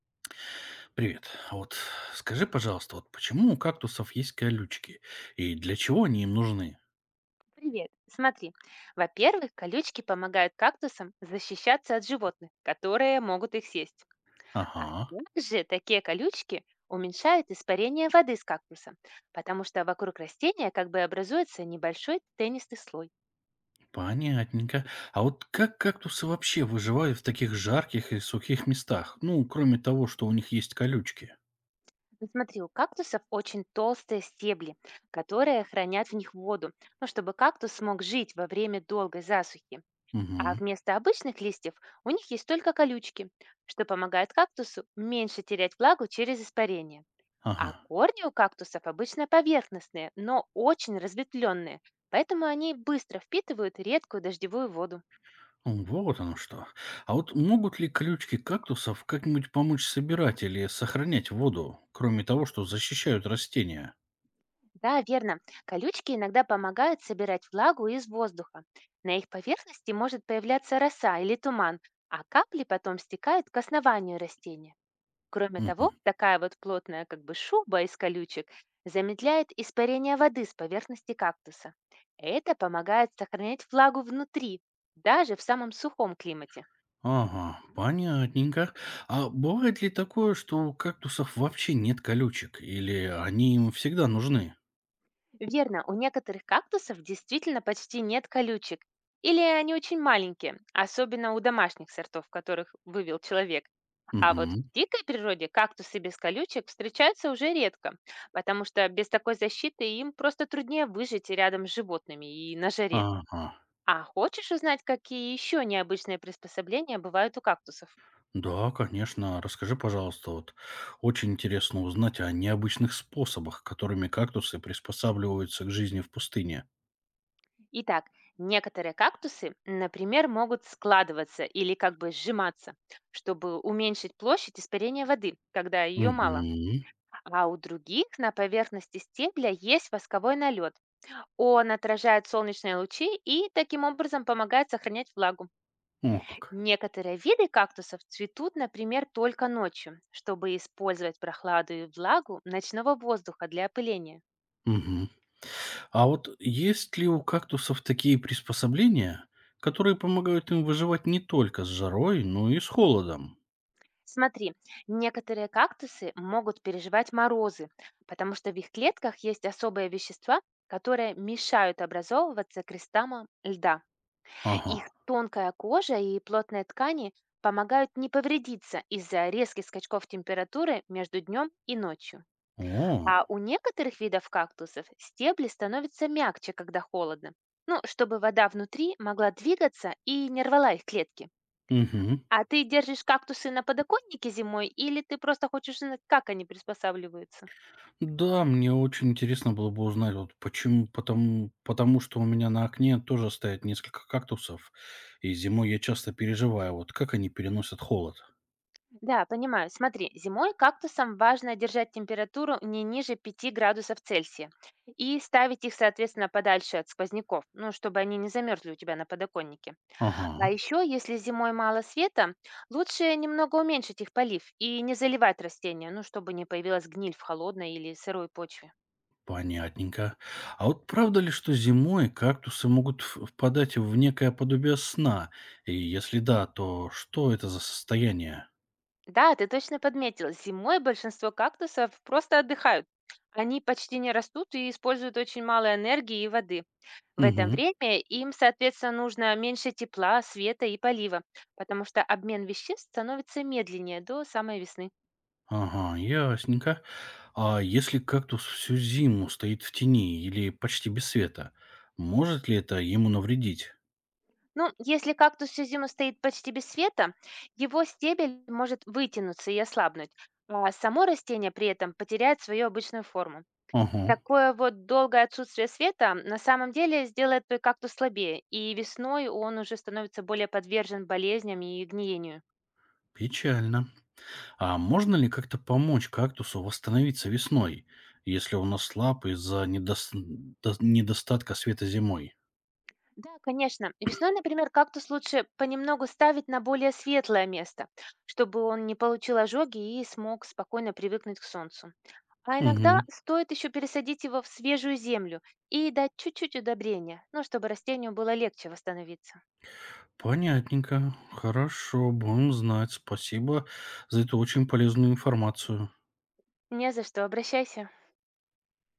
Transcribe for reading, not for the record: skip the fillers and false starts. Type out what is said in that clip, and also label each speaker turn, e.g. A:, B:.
A: Привет. А вот скажи, пожалуйста, вот почему у кактусов есть колючки и для чего они им нужны?
B: Привет. Смотри, во-первых, колючки помогают кактусам защищаться от животных, которые могут их съесть. А
A: Ага,
B: также такие колючки уменьшают испарение воды с кактуса, потому что вокруг растения как бы образуется небольшой тенистый слой.
A: понятненько. А вот как кактусы вообще выживают в таких жарких и сухих местах? Ну, кроме того, что у них есть колючки.
B: Ну, смотри, у кактусов очень толстые стебли, которые хранят в них воду, ну, чтобы кактус смог жить во время долгой засухи. А
A: Угу,
B: вместо обычных листьев у них есть только колючки, что помогает кактусу меньше терять влагу через испарение. А
A: ага.
B: корни у кактусов обычно поверхностные, но очень разветвленные, поэтому они быстро впитывают редкую дождевую воду.
A: Ну, вот оно что. А вот могут ли колючки кактусов как-нибудь помочь собирать или сохранять воду, кроме того, что защищают растения?
B: Да, верно. Колючки иногда помогают собирать влагу из воздуха. На их поверхности может появляться роса или туман, а капли потом стекают к основанию растения. Кроме того, такая вот плотная как бы шуба из колючек замедляет испарение воды с поверхности кактуса. Это помогает сохранять влагу внутри, даже в самом сухом климате.
A: Ага, понятненько. А бывает ли такое, что у кактусов вообще нет колючек, или они им всегда нужны?
B: Верно, у некоторых кактусов действительно почти нет колючек, или они очень маленькие, особенно у домашних сортов, которых вывел человек. А вот
A: Мгм.
B: в дикой природе кактусы без колючек встречаются уже редко, потому что без такой защиты им просто труднее выжить рядом с животными и на жаре.
A: Ага.
B: А хочешь узнать, какие еще необычные приспособления бывают у кактусов?
A: Да, конечно. Расскажи, пожалуйста, вот очень интересно узнать о необычных способах, которыми кактусы приспосабливаются к жизни в пустыне.
B: Итак, некоторые кактусы, например, могут складываться или как бы сжиматься, чтобы уменьшить площадь испарения воды, когда ее мало.
A: Угу.
B: А у других на поверхности стебля есть восковой налет. Он отражает солнечные лучи и таким образом помогает сохранять влагу.
A: О как.
B: Некоторые виды кактусов цветут, например, только ночью, чтобы использовать прохладу и влагу ночного воздуха для опыления.
A: Угу. А вот есть ли у кактусов такие приспособления, которые помогают им выживать не только с жарой, но и с холодом?
B: Смотри, некоторые кактусы могут переживать морозы, потому что в их клетках есть особые вещества, которые мешают образовываться кристаллам льда.
A: Ага.
B: Их тонкая кожа и плотные ткани помогают не повредиться из-за резких скачков температуры между днем и ночью.
A: О,
B: А у некоторых видов кактусов стебли становятся мягче, когда холодно, ну, чтобы вода внутри могла двигаться и не рвала их клетки.
A: мгм.
B: А ты держишь кактусы на подоконнике зимой или ты просто хочешь знать, как они приспосабливаются?
A: Да, мне очень интересно было бы узнать, вот почему, потому что у меня на окне тоже стоят несколько кактусов, и зимой я часто переживаю, вот как они переносят холод.
B: Да, понимаю. Смотри, зимой кактусам важно держать температуру не ниже 5 °C и ставить их, соответственно, подальше от сквозняков, ну, чтобы они не замерзли у тебя на подоконнике.
A: Ага,
B: А еще, если зимой мало света, лучше немного уменьшить их полив и не заливать растения, ну, чтобы не появилась гниль в холодной или сырой почве.
A: понятненько. А вот правда ли, что зимой кактусы могут впадать в некое подобие сна? И если да, то что это за состояние?
B: Да, ты точно подметила. Зимой большинство кактусов просто отдыхают. Они почти не растут и используют очень мало энергии и воды. В это
A: Угу.
B: время им, соответственно, нужно меньше тепла, света и полива, потому что обмен веществ становится медленнее до самой весны.
A: Ага, ясненько. А если кактус всю зиму стоит в тени или почти без света, может ли это ему навредить?
B: Ну, если кактус всю зиму стоит почти без света, его стебель может вытянуться и ослабнуть, а само растение при этом потеряет свою обычную форму.
A: Ага,
B: Такое вот долгое отсутствие света на самом деле сделает твой кактус слабее, и весной он уже становится более подвержен болезням и гниению.
A: печально. А можно ли как-то помочь кактусу восстановиться весной, если он ослаб из-за недостатка света зимой?
B: Да, конечно. Весной, например, кактус лучше понемногу ставить на более светлое место, чтобы он не получил ожоги и смог спокойно привыкнуть к солнцу. А иногда
A: Угу,
B: стоит еще пересадить его в свежую землю и дать чуть-чуть удобрения, ну, чтобы растению было легче восстановиться.
A: понятненько. Хорошо, будем знать. Спасибо за эту очень полезную информацию.
B: Не за что, обращайся.